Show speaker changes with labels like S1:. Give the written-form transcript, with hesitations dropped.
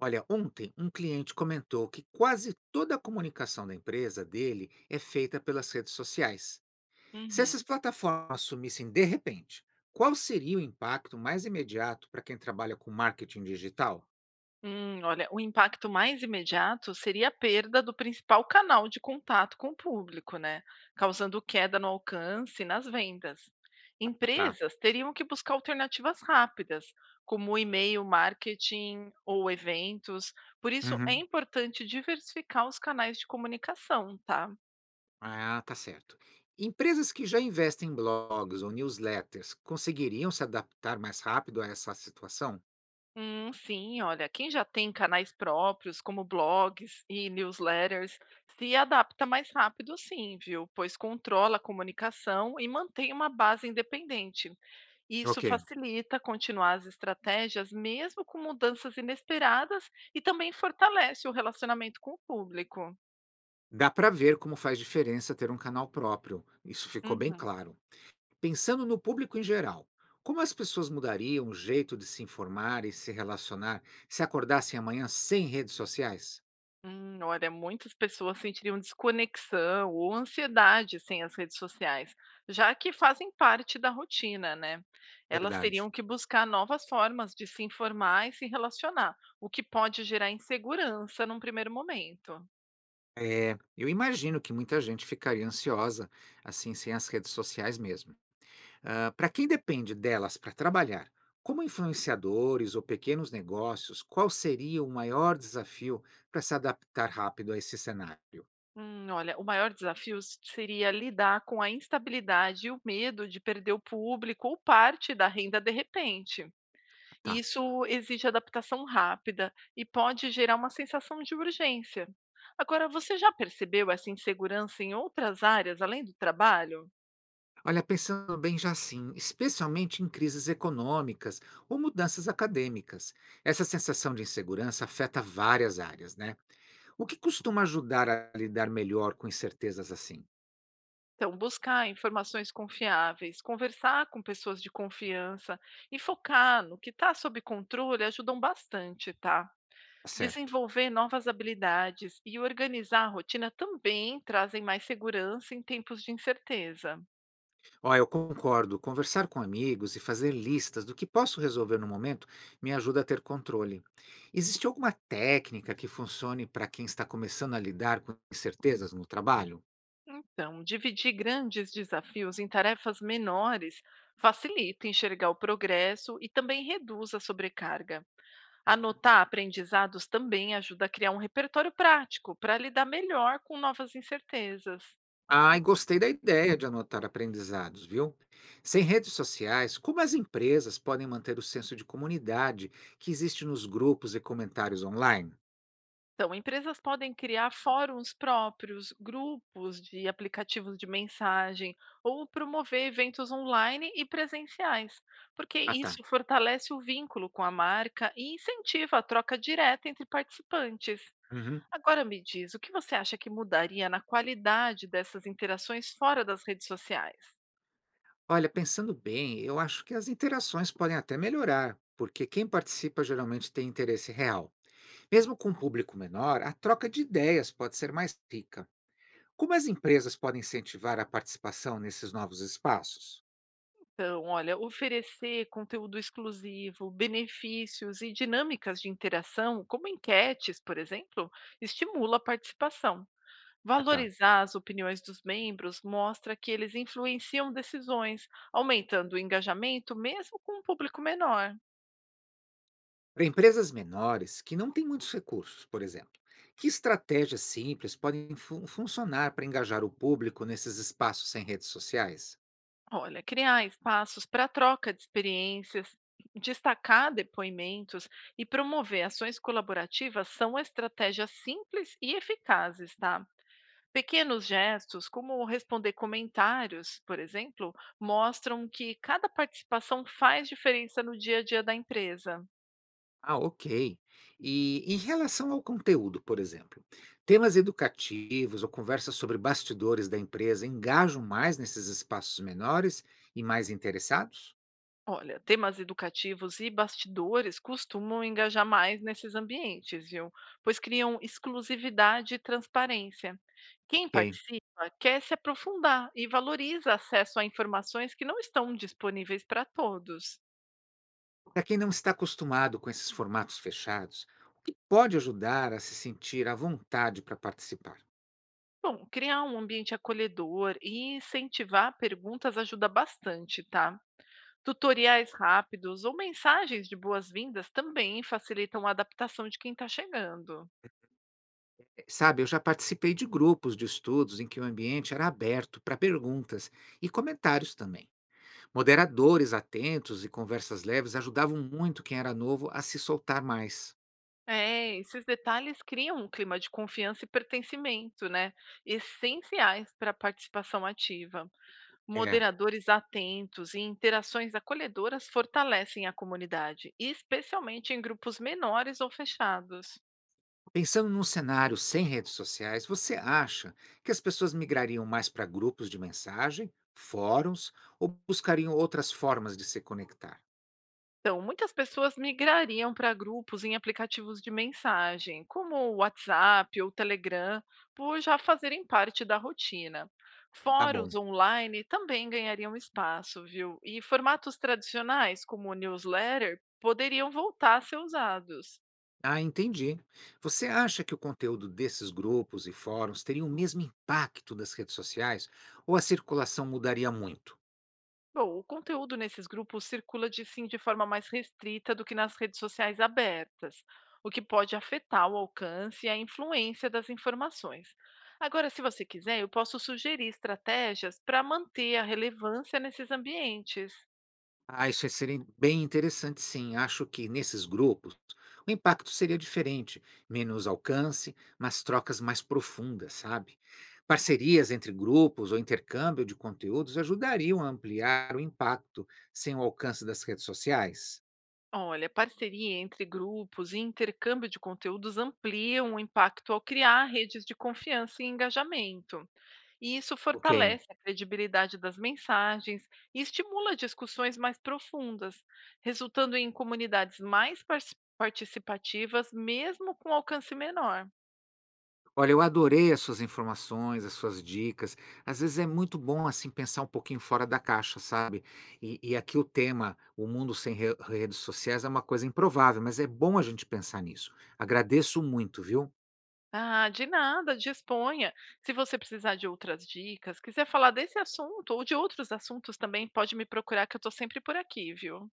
S1: Olha, ontem um cliente comentou que quase toda a comunicação da empresa dele é feita pelas redes sociais. Se
S2: Uhum.
S1: essas plataformas sumissem de repente, qual seria o impacto mais imediato para quem trabalha com marketing digital?
S2: Olha, o impacto mais imediato seria a perda do principal canal de contato com o público, né? Causando queda no alcance e nas vendas.
S1: Ah, tá.
S2: Empresas teriam que buscar alternativas rápidas, como o e-mail marketing ou eventos. Por isso, é
S1: Uhum.
S2: importante diversificar os canais de comunicação, tá?
S1: Ah, tá certo. Empresas que já investem em blogs ou newsletters conseguiriam se adaptar mais rápido a essa situação?
S2: Sim, olha, quem já tem canais próprios, como blogs e newsletters, se adapta mais rápido, sim, viu? Pois controla a comunicação e mantém uma base independente. Isso
S1: Ok.
S2: facilita continuar as estratégias, mesmo com mudanças inesperadas, e também fortalece o relacionamento com o público.
S1: Dá para ver como faz diferença ter um canal próprio. Isso ficou bem
S2: Uhum.
S1: claro. Pensando no público em geral, como as pessoas mudariam o jeito de se informar e se relacionar se acordassem amanhã sem redes sociais?
S2: Olha, muitas pessoas sentiriam desconexão ou ansiedade sem as redes sociais, já que fazem parte da rotina, né? Elas
S1: Verdade.
S2: teriam que buscar novas formas de se informar e se relacionar, o que pode gerar insegurança num primeiro momento.
S1: É, eu imagino que muita gente ficaria ansiosa assim sem as redes sociais mesmo. Para quem depende delas para trabalhar, como influenciadores ou pequenos negócios, qual seria o maior desafio para se adaptar rápido a esse cenário?
S2: Olha, o maior desafio seria lidar com a instabilidade e o medo de perder o público ou parte da renda de repente. E
S1: Tá.
S2: isso exige adaptação rápida e pode gerar uma sensação de urgência. Agora, você já percebeu essa insegurança em outras áreas além do trabalho?
S1: Olha, pensando bem já sim, especialmente em crises econômicas ou mudanças acadêmicas. Essa sensação de insegurança afeta várias áreas, né? O que costuma ajudar a lidar melhor com incertezas assim?
S2: Então, buscar informações confiáveis, conversar com pessoas de confiança e focar no que está sob controle ajudam bastante, tá?
S1: Tá certo.
S2: Desenvolver novas habilidades e organizar a rotina também trazem mais segurança em tempos de incerteza.
S1: Ó, eu concordo, conversar com amigos e fazer listas do que posso resolver no momento me ajuda a ter controle. Existe alguma técnica que funcione para quem está começando a lidar com incertezas no trabalho?
S2: Então, dividir grandes desafios em tarefas menores facilita enxergar o progresso e também reduz a sobrecarga.
S1: Hum.
S2: Anotar aprendizados também ajuda a criar um repertório prático para lidar melhor com novas incertezas.
S1: Ai, gostei da ideia de anotar aprendizados, viu? Sem redes sociais, como as empresas podem manter o senso de comunidade que existe nos grupos e comentários online?
S2: Então, empresas podem criar fóruns próprios, grupos de aplicativos de mensagem ou promover eventos online e presenciais, porque
S1: Ah, tá.
S2: isso fortalece o vínculo com a marca e incentiva a troca direta entre participantes.
S1: Uhum.
S2: Agora me diz, o que você acha que mudaria na qualidade dessas interações fora das redes sociais?
S1: Olha, pensando bem, eu acho que as interações podem até melhorar, porque quem participa geralmente tem interesse real. Mesmo com um público menor, a troca de ideias pode ser mais rica. Como as empresas podem incentivar a participação nesses novos espaços?
S2: Então, olha, oferecer conteúdo exclusivo, benefícios e dinâmicas de interação, como enquetes, por exemplo, estimula a participação.
S1: Ah, tá.
S2: Valorizar as opiniões dos membros mostra que eles influenciam decisões, aumentando o engajamento mesmo com um público menor.
S1: Para empresas menores que não têm muitos recursos, por exemplo, que estratégias simples podem funcionar para engajar o público nesses espaços sem redes sociais?
S2: Olha, criar espaços para troca de experiências, destacar depoimentos e promover ações colaborativas são estratégias simples e eficazes, tá? Pequenos gestos, como responder comentários, por exemplo, mostram que cada participação faz diferença no dia a dia da empresa.
S1: Ah, ok. E em relação ao conteúdo, por exemplo, temas educativos ou conversas sobre bastidores da empresa engajam mais nesses espaços menores e mais interessados?
S2: Olha, temas educativos e bastidores costumam engajar mais nesses ambientes, viu? Pois criam exclusividade e transparência. Quem
S1: Ok.
S2: participa quer se aprofundar e valoriza acesso a informações que não estão disponíveis para todos.
S1: Para quem não está acostumado com esses formatos fechados, o que pode ajudar a se sentir à vontade para participar?
S2: Bom, criar um ambiente acolhedor e incentivar perguntas ajuda bastante, tá? Tutoriais rápidos ou mensagens de boas-vindas também facilitam a adaptação de quem está chegando.
S1: Sabe, eu já participei de grupos de estudos em que o ambiente era aberto para perguntas e comentários também. Moderadores atentos e conversas leves ajudavam muito quem era novo a se soltar mais.
S2: É, esses detalhes criam um clima de confiança e pertencimento, né? Essenciais para a participação ativa.
S1: É,
S2: Moderadores atentos e interações acolhedoras fortalecem a comunidade, especialmente em grupos menores ou fechados.
S1: pensando num cenário sem redes sociais, você acha que as pessoas migrariam mais para grupos de mensagem, fóruns ou buscariam outras formas de se conectar?
S2: Então, muitas pessoas migrariam para grupos em aplicativos de mensagem, como o WhatsApp ou o Telegram, por já fazerem parte da rotina.
S1: Tá bom.
S2: Fóruns online também ganhariam espaço, viu? E formatos tradicionais, como o newsletter, poderiam voltar a ser usados.
S1: Ah, entendi. Você acha que o conteúdo desses grupos e fóruns teria o mesmo impacto das redes sociais ou a circulação mudaria muito?
S2: Bom, o conteúdo nesses grupos circula de sim de forma mais restrita do que nas redes sociais abertas, o que pode afetar o alcance e a influência das informações. Agora, se você quiser, eu posso sugerir estratégias para manter a relevância nesses ambientes.
S1: Ah, isso seria bem interessante, sim. Acho que nesses grupos o impacto seria diferente, menos alcance, mas trocas mais profundas, sabe? Parcerias entre grupos ou intercâmbio de conteúdos ajudariam a ampliar o impacto sem o alcance das redes sociais.
S2: Olha, parceria entre grupos e intercâmbio de conteúdos ampliam o impacto ao criar redes de confiança e engajamento. E isso
S1: Ok.
S2: fortalece a credibilidade das mensagens e estimula discussões mais profundas, resultando em comunidades mais participativas, mesmo com alcance menor.
S1: Olha, eu adorei as suas informações, as suas dicas. Às vezes é muito bom assim pensar um pouquinho fora da caixa, sabe? E aqui o tema, o mundo sem redes sociais, é uma coisa improvável, mas é bom a gente pensar nisso. Agradeço muito, viu?
S2: Ah, de nada, disponha. Se você precisar de outras dicas, quiser falar desse assunto ou de outros assuntos também, pode me procurar que eu estou sempre por aqui, viu?